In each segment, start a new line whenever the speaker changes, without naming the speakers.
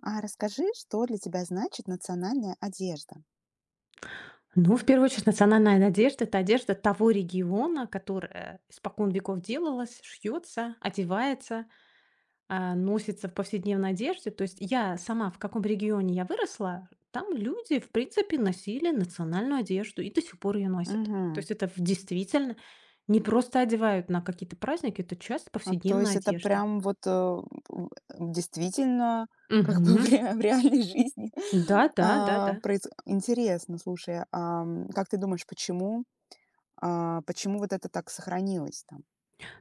А расскажи, что для тебя значит национальная одежда?
Ну, в первую очередь, национальная одежда – это одежда того региона, которая испокон веков делалась, шьется, одевается, носится в повседневной одежде. То есть я сама, в каком регионе я выросла, там люди, в принципе, носили национальную одежду и до сих пор ее носят. То
Мгм.
есть действительно не просто одевают на какие-то праздники, это часть
А, то
повседневной
есть это
одежды.
прям вот, в действительно, как бы в
Мгм.
ре в реальной жизни,
Да, да, да,
а,
да.
проис Интересно, слушай, как ты думаешь, почему вот это так сохранилось там?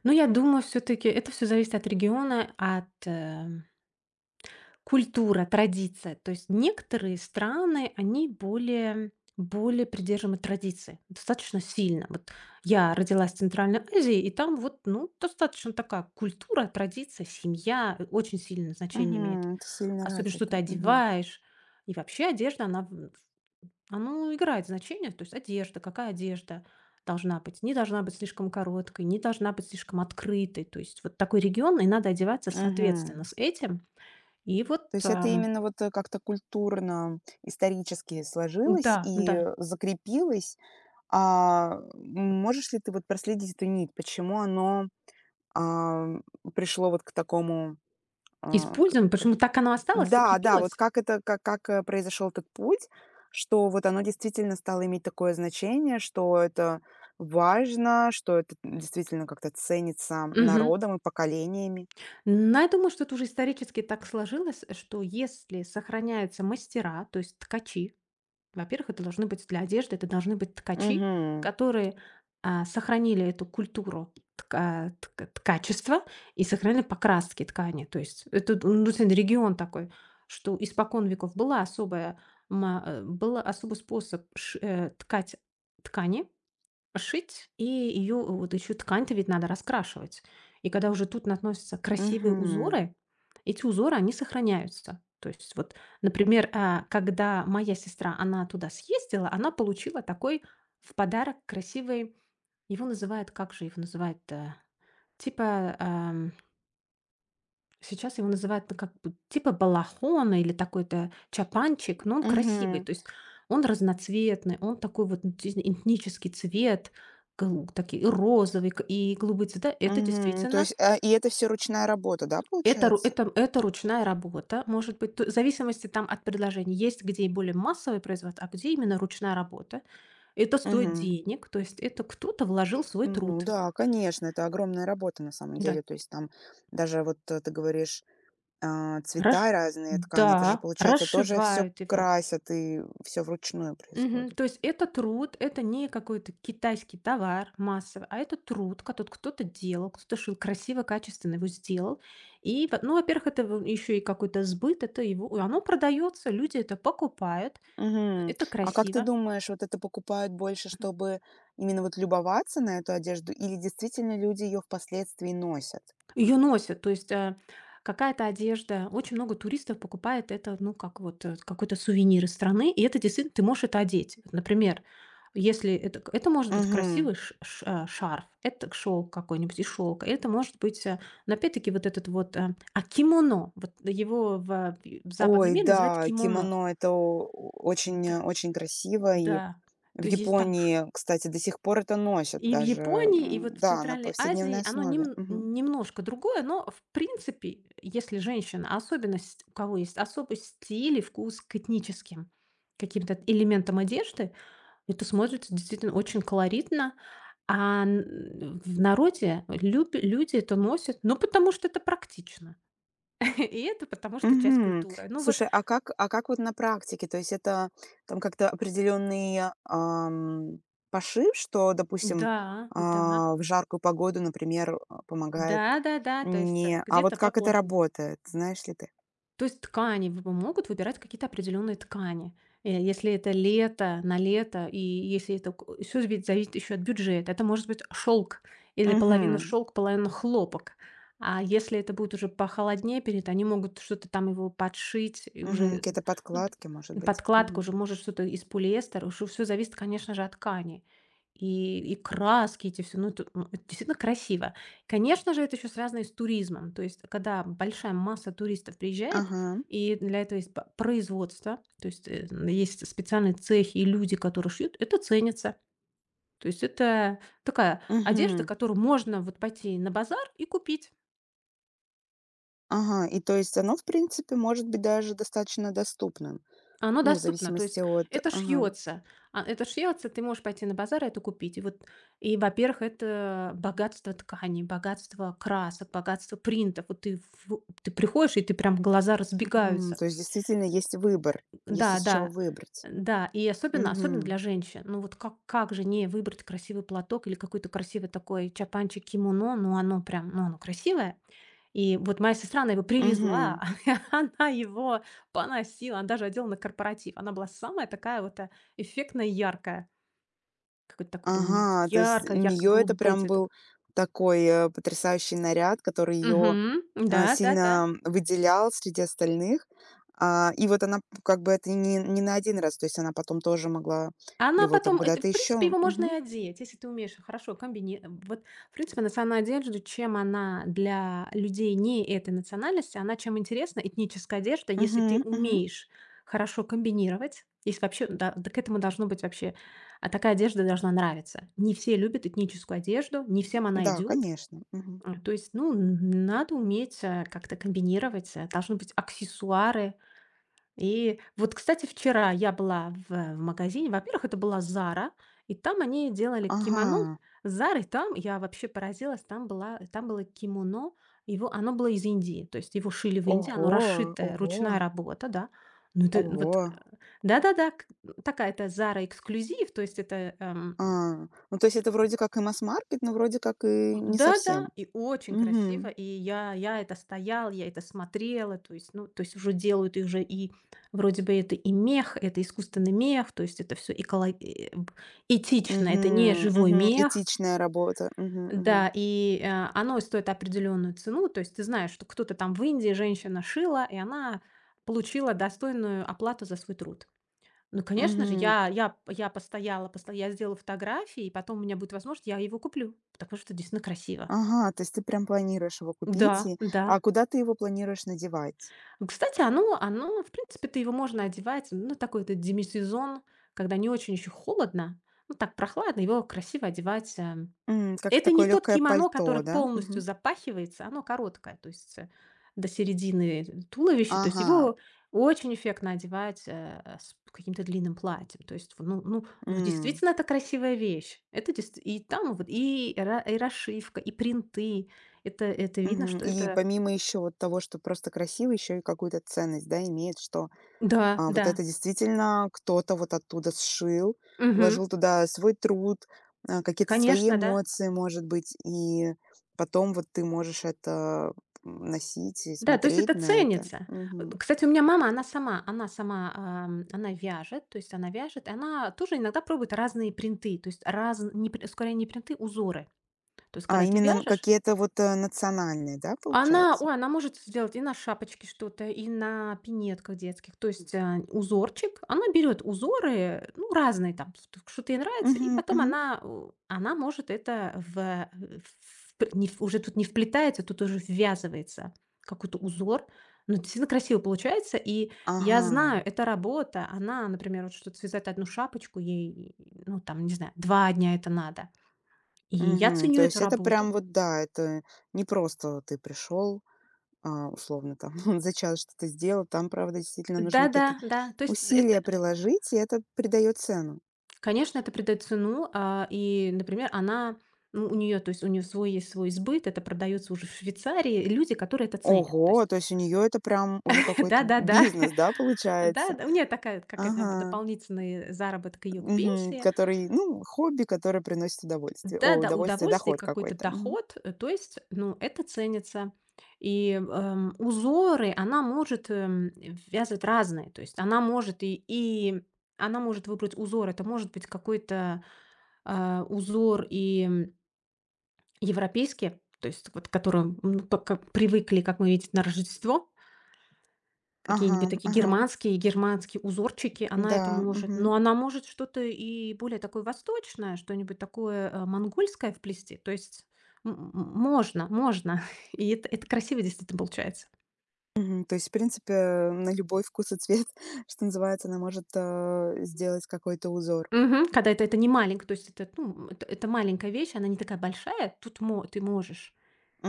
Но я думаю, все-таки это все зависит от региона, культура, традиция. То есть некоторые страны, они более придержимы традиции, достаточно сильно. Вот я родилась в Центральной Азии, и там вот, ну, достаточно такая культура, традиция, семья очень сильное значение имеет.
Мгм. Это сильно
Особенно, что ты
развито. Мгм.
одеваешь. И вообще одежда, она играет значение. То есть одежда, какая одежда должна быть. Не должна быть слишком короткой, не должна быть слишком открытой. То есть вот такой регион, и надо одеваться соответственно
Мгм.
с этим. И вот,
То есть это именно вот, как-то культурно, исторически сложилось
да. Да,
и закрепилось. А, можешь ли ты вот проследить эту нить? Почему оно, ам, пришло вот к такому, а,
используем,
как
почему так оно осталось,
Да, да, вот
закрепилось.
как это, произошел этот путь, что вот оно действительно стало иметь такое значение, что это важно, что это действительно как-то ценится
Мгм.
народом и поколениями?
Но я думаю, что это уже исторически так сложилось, что если сохраняются мастера, то есть ткачи, во-первых, это должны быть для одежды, это должны быть ткачи,
Угу,
которые сохранили эту культуру ткачества и сохранили покраски ткани. То есть это, ну, действительно регион такой, что испокон веков была особая, был особый способ ткать ткани, шить, и ее вот еще ткань-то ведь надо раскрашивать. И когда уже тут наносятся красивые
угу,
узоры, эти узоры, они сохраняются. То есть вот, например, когда моя сестра, она туда съездила, она получила такой в подарок красивый, его называют, как же его называют, типа сейчас его называют, ну, как бы типа балахона или такой-то чапанчик, но он красивый.
угу,
То есть он разноцветный, он такой вот, ну, действительно этнический цвет, такие и розовый, и голубые цвета. Это
угу. То
действительно,
есть, и это все ручная работа, да,
это,
получается?
это ручная работа, может быть, в зависимости там от предложений. Есть где и более массовый производство, а где именно ручная работа. Это стоит
Угу.
денег, то есть это кто-то вложил свой
Ну
труд.
да, конечно, это огромная работа на самом
Да.
деле. То есть там даже ты говоришь, цвета,
раш-
разные ткани, это же
да,
получается тоже все
расшивают его.
красят и все вручную
Мгм.
происходит.
То есть это труд, это не какой-то китайский товар массовый, а это труд, который кто-то делал, кто-то шил красиво, качественно его сделал. И, ну, во-первых, это еще и какой-то сбыт, это его, и оно продается, люди это покупают,
Мгм.
это
А как ты
красиво.
думаешь, вот это покупают больше, чтобы именно вот любоваться на эту одежду, или действительно люди ее впоследствии носят?
Ее носят, то есть, какая-то одежда. Очень много туристов покупает это, ну, как вот, какой-то сувенир из страны, и это действительно ты можешь это одеть. Вот, например, если это, к, это может быть
Мгм.
красивый шарф, это шелк какой-нибудь из шёлка, это может быть, но опять-таки вот этот вот, кимоно, вот его в западном
Ой,
мире называют
да,
кимоно.
очень,
Да,
очень красиво и…
да.
В
То есть есть там,
Японии, кстати, до сих пор это носят
и в
даже,
Японии, и
м,
вот в
да, на
Центральной
повседневной
Азии оно
основе. Мгм.
немножко другое, но, в принципе, если женщина, особенность, у кого есть особый стиль и вкус к этническим каким-то элементам одежды, это смотрится действительно очень колоритно. А н в народе люб люди это носят, ну, потому что это практично, и это потому что часть
Мгм.
культуры. Ну вот,
Слушай, а как вот на практике? То есть это там как-то определенный, пошив, что, допустим,
да, да.
в жаркую погоду, например, помогает…
Да-да-да, то есть,
не а
где-то
вот как это
поплотнее.
работает, знаешь ли ты?
То есть ткани в помогут выбирать какие-то определенные ткани. Э, если это лето, на лето, и если это все, всё зависит еще от бюджета. Это может быть шелк или половина
Мгм.
шелк, половина хлопок. А если это будет уже похолоднее перед, они могут что-то там его подшить и
Мгм.
уже,
Какие-то
ну, т
подкладки, может быть.
подкладка
Мгм.
уже может что-то из полиэстера. Уже все зависит, конечно же, от ткани. И краски эти все, ну, это, это действительно красиво. Конечно же, это еще связано и с туризмом. То есть, когда большая масса туристов приезжает,
Ага.
и для этого есть п производство, то есть, есть специальные цехи и люди, которые шьют, это ценится. То есть это такая одежда,
Мгм.
которую можно вот пойти на базар и купить.
Ага. И то есть оно, в принципе, может быть даже достаточно доступным.
Оно
Ну, в
доступно, то
зависимости
есть
от…
это
ага,
шьется. А, это шьется, ты можешь пойти на базар и это купить. И вот, и, во-первых, это богатство тканей, богатство красок, богатство принтов. Вот ты, ты приходишь, и ты прям глаза
мгм.
разбегаются.
То есть действительно есть выбор, есть
Да,
из чего
да,
выбрать.
да. И особенно, особенно
Мгм,
для женщин. Ну вот, как же не выбрать красивый платок или какой-то красивый такой чапанчик кимоно, ну оно прям, ну оно красивое. И вот моя сестра, она его привезла,
мгм.
она его поносила, она даже одела на корпоратив. Она была самая такая вот, эффектная, яркая. Какой-то такой был у нее
Ага, то есть у нее это
ярко-голубой
прям
цвет.
был такой, потрясающий наряд, который ее
Мгм. Да, да-да.
сильно выделял среди остальных. А, и вот она п как бы это не на один раз, то есть она потом тоже могла
Она
его там
потом, это, в
куда-то
принципе,
еще
его можно и одеть, если ты умеешь хорошо вот, в принципе, национальная одежда, чем она для людей не этой национальности, она чем интересна, этническая одежда, если ты умеешь хорошо комбинировать. Если вообще, да, да, к этому должно быть вообще, такая одежда должна нравиться. Не все любят этническую одежду, не всем она
Да,
идет.
конечно. Мгм.
То есть, ну, н надо уметь, как-то комбинировать, должны быть аксессуары, и вот, кстати, вчера я была в магазине. Во-первых, это была "Зара", и там они делали кимоно.
Ага.
С "Зарой" там я вообще поразилась, там была там было кимоно, его оно было из Индии, то есть его шили в Индии, оно
Ого,
расшитое,
ого,
ручная работа, да. Ну, это вот,
ого.
да-да-да, к такая-то "Зара" эксклюзив, то есть это,
А, ну, то есть это вроде как и масс-маркет, но вроде как и
м,
не
да-да,
совсем.
и очень красиво.
Мгм.
И я это стояла, я это смотрела. То есть, ну, то есть уже делают, и уже, и вроде бы это и мех, это искусственный мех, то есть это все этично, это не
Мгм.
живой
Мгм.
мех.
Этичная работа. Мгм. Мгм.
Да, и, оно стоит определенную цену. То есть ты знаешь, что кто-то там в Индии женщина шила, и она получила достойную оплату за свой труд. Ну, конечно же,
Мгм.
я постояла, посто я сделала фотографии, и потом у меня будет возможность, я его куплю, потому что действительно красиво.
Ага, то есть ты прям планируешь его купить,
Да,
и
да.
а куда ты его планируешь надевать?
Кстати, оно, в принципе-то, его можно одевать, ну, такой-то демисезон, когда не очень еще холодно, ну, так прохладно, его красиво одевать. Э.
М, как
Это не
такое
тот
легкое
кимоно,
пальто,
который
да?
полностью
Мгм.
запахивается, оно короткое, то есть, до середины, туловища, то есть
Ага.
его очень эффектно одевать, с каким-то длинным платьем. То есть, ну, ну, ну,
М.
действительно, это красивая вещь. Это и там вот, и, и расшивка, и принты. Это видно,
Мгм.
что
И
это…
помимо еще вот того, что просто красиво, еще и какую-то ценность, да, имеет, что…
Да,
А вот
да.
это действительно кто-то вот оттуда сшил,
Мгм.
вложил туда свой труд, какие-то свои
Конечно, да.
эмоции, может быть, и потом вот ты можешь это м, носить и
Да, то есть
смотреть
это
на это.
ценится. Э,
Мгм.
кстати, у меня мама, она сама, она вяжет, то есть она вяжет, и она тоже иногда пробует разные принты, то есть, раз, не пр скорее не принты, узоры. То есть
А,
когда ты
именно
вяжешь,
какие-то национальные, да,
она,
получается?
ой, она может сделать и на шапочке что-то, и на пинетках детских. То есть, узорчик. Она берет узоры, ну, разные там, т что-то ей нравится, и
Мгм,
потом
мгм.
она, у она может это в э, в не в уже тут не вплетается, тут уже ввязывается какой-то узор. Но действительно красиво получается. И я
Ага,
знаю, это работа. Она, например, вот что-то связать одну шапочку, ей, ну, там, не знаю, 2 дня это надо. И я
мгм.
ценю
То
эту
есть это
работу.
прям вот, да, это не просто ты пришел, условно там за час что-то сделал. Там, правда, действительно нужно какие-то
Да-да, да, да. То есть это,
усилия
э,
приложить, и это придает цену.
конечно, это придает цену, и, например, она, ну, у нее свой, есть свой сбыт, это продается уже в Швейцарии, и люди, которые это ценят. То
Ого,
есть,
то есть у нее это прям уже какой-то
да-да-да, да, да,
бизнес, да,
да,
получается?
да, у нее такая вот какая-то
Ага,
дополнительный заработок ее к
мгм,
пенсии,
который, ну, хобби, которое приносит удовольствие. О,
да-да,
удовольствие,
удовольствие,
доход
какой-то
какой-то. Мгм.
доход, то есть, ну, это ценится. Узоры она может, вязать разные, то есть она может, и она может выбрать узор, это может быть какой-то, узор, и европейские, то есть вот которые которым, пока привыкли, как мы видим, на Рождество,
Ага,
какие-нибудь такие
ага,
германские узорчики, она это
да,
может.
мгм.
Но она может что-то и более такое восточное, что-нибудь такое, монгольское вплести. То есть можно, можно. И это красиво действительно получается.
Мгм. То есть, в принципе, на любой вкус и цвет, что называется, она может сделать какой-то узор.
Мгм. Когда это не маленько, то есть это, ну, это маленькая вещь, она не такая большая. Тут мо ты можешь.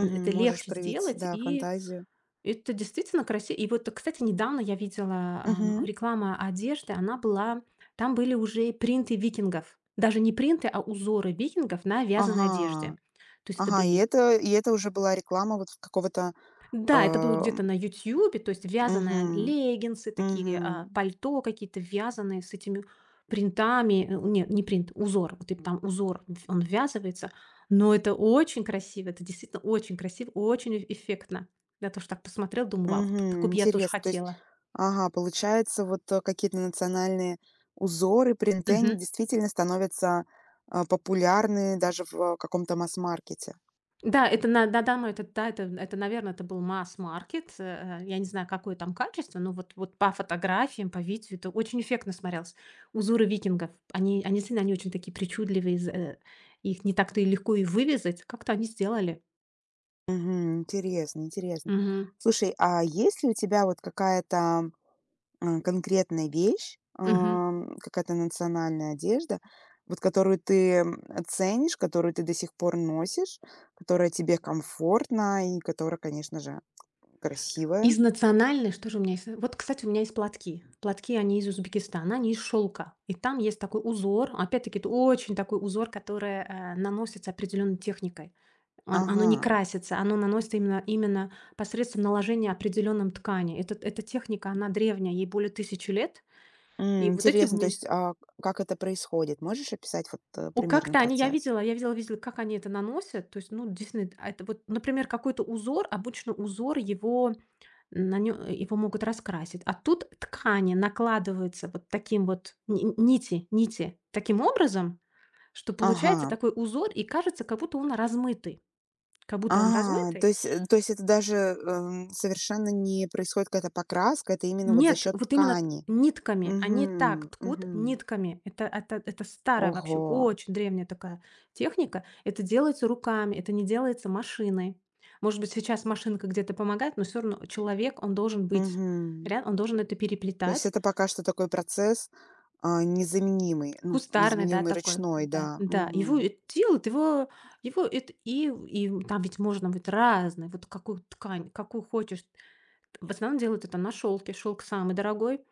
Н Это
Можешь
легче
проявить,
сделать.
да,
И
фантазию.
это действительно красиво. И вот, кстати, недавно я видела,
Мгм.
реклама одежды, она была, там были уже принты викингов. Даже не принты, а узоры викингов на вязаной одежде.
Ага,
То есть это
ага, и
были,
это и это уже была реклама вот какого-то,
да, это было
а,
где-то на Ютьюбе, то есть
мгм,
вязаные леггинсы, такие,
мгм,
пальто какие-то вязаные с этими принтами. Нет, не принт, узор. Вот и там узор, он ввязывается. Но это очень красиво, это действительно очень красиво, очень эффектно. Я тоже так посмотрела, думаю, вау, вот такой
мгм.
бы я тоже
Интересно, то есть,
хотела.
ага, получается, вот, какие-то национальные узоры, принты,
Мгм.
они действительно становятся, популярны даже в каком-то масс-маркете.
Да, это, на да, да, ну, это да, это, наверное, это был масс-маркет. Э, я не знаю, какое там качество, но вот по фотографиям, по видео это очень эффектно смотрелось. Узоры викингов, они действительно, они очень такие причудливые, их не так-то и легко и вывязать. Как-то они сделали.
Мгм. Интересно, интересно.
Мгм.
Слушай, а есть ли у тебя вот какая-то конкретная вещь,
Мгм.
какая-то национальная одежда, вот которую ты, м, ценишь, которую ты до сих пор носишь, которая тебе комфортна и которая, конечно же, красивая?
Из национальной, что же у меня есть? Э, вот, кстати, у меня есть платки. Платки, они из Узбекистана, они из шелка. И там есть такой узор. Опять-таки, это очень такой узор, который, наносится определенной техникой. Он Оно не
Ага.
красится, оно наносится именно посредством наложения определенным ткани. Эта техника, она древняя, ей более 1000 лет. И
М,
вот эти
интересно, то
уме
есть, как это происходит? Можешь описать вот,
О,
примерно
как-то они, я
процесс?
видела я видела видела, как они это наносят. То есть, ну, действительно, это вот, например, какой-то узор, обычно узор его, на нё его могут раскрасить, а тут ткани накладываются вот таким вот, нити таким образом, что получается
Ага.
такой узор, и кажется, как будто он размытый. Как будто он
А, то
размытый.
есть, то есть это даже, совершенно не происходит какая-то покраска, это именно вот за
Нет,
счет
вот именно
ткани.
нитками. Они так
Угу,
ткут
угу.
нитками. Это старая вообще,
Ого,
очень древняя такая техника. Это делается руками, это не делается машиной. Может быть, сейчас машинка где-то помогает, но все равно человек, он должен быть,
угу.
ря он должен это
То есть
переплетать.
это пока что такой процесс, незаменимый, ну,
Кустарный, да,
незаменимый
такой,
ручной,
да,
да.
да. Его
Мгм.
это делают, его, его это, и там ведь можно быть разный, вот какую ткань, какую хочешь. В основном делают это на шелке, шелк самый дорогой.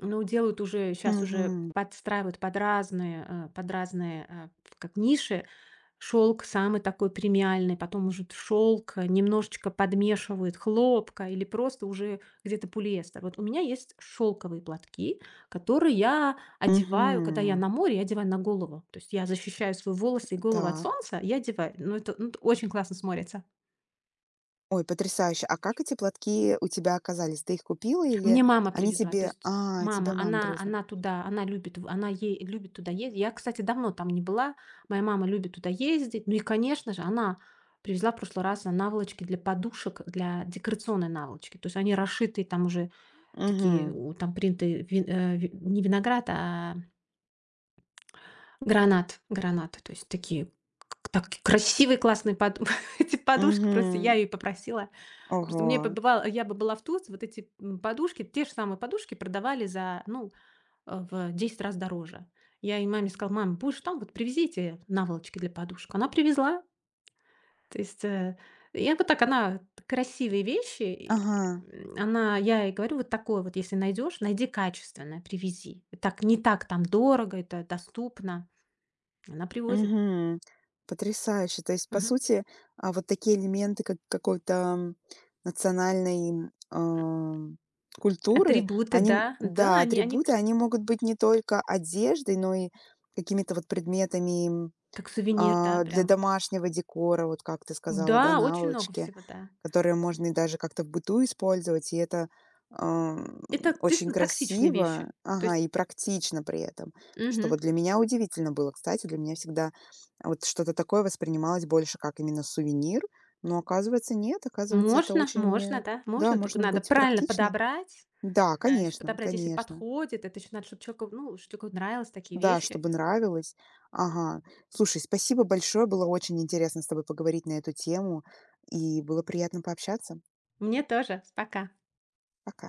Ну, делают уже сейчас, уже
Мгм.
подстраивают под разные, под разные, э, как ниши. Шелк самый такой премиальный, потом уже шелк немножечко подмешивают хлопка или просто уже где-то полиэстер. Вот у меня есть шелковые платки, которые я одеваю, когда я на
Мгм.
море, я одеваю на голову. То есть я защищаю свои волосы и голову от
Так.
солнца, я одеваю. Ну, это очень классно смотрится.
Ой, потрясающе. А как эти платки у тебя оказались? Ты их купила или
Мне мама
они
привезла. То
тебе…
есть
А, тебе
мама,
мама
она
привезла.
она туда, она ей любит туда ездить. Я, кстати, давно там не была. Моя мама любит туда ездить. Ну и, конечно же, она привезла в прошлый раз наволочки для подушек, для декорационной наволочки. То есть они расшитые, там уже такие,
Угу,
у там принты, вин э, ви не виноград, а гранат. То есть такие, к так красивые, классные поду эти подушки. Просто я
угу.
ее попросила. Просто мне
Ого.
побывало, я бы была в Турции, вот эти, подушки, те же самые подушки продавали за, ну, в 10 раз дороже. Я и маме сказала: "Мам, будешь там, вот привезите наволочки для подушек". Она привезла. То есть, я вот так, она красивые вещи, и,
Ага.
м, она я ей говорю: "Вот такое вот, если найдешь, найди качественное, привези. Так не так там дорого, это доступно". Она привозит.
Мгм. Потрясающе. То есть, по
Мгм.
сути, вот такие элементы, как какой-то, м, национальной, м, культуры,
Атрибуты,
они, м,
да, да,
да,
они они к
атрибуты, они могут быть не только одеждой, но и какими-то вот предметами,
как сувенир, да,
для
прям вот.
домашнего декора, вот как ты сказала, да,
Да, очень много
наволочки,
всего, да.
которые можно и даже как-то в быту использовать, и это, ам,
Это
очень
действительно практичные вещи.
красиво,
То
ага,
есть
и практично при этом, что
мгм.
вот для меня удивительно было. Кстати, для меня всегда вот что-то такое воспринималось больше как именно сувенир, но оказывается, нет, оказывается, это
Можно,
очень,
можно, да,
да,
можно, только
можно
надо
быть
правильно
практичной.
подобрать.
Да,
А еще
конечно,
подобрать, если
конечно.
подходит. Это еще надо, чтобы человеку, ну, чтобы человеку нравились такие
Да,
вещи.
чтобы нравилось. Ага. Слушай, спасибо большое. Было очень интересно с тобой поговорить на эту тему, и было приятно пообщаться.
Мне тоже. Пока.
Пока.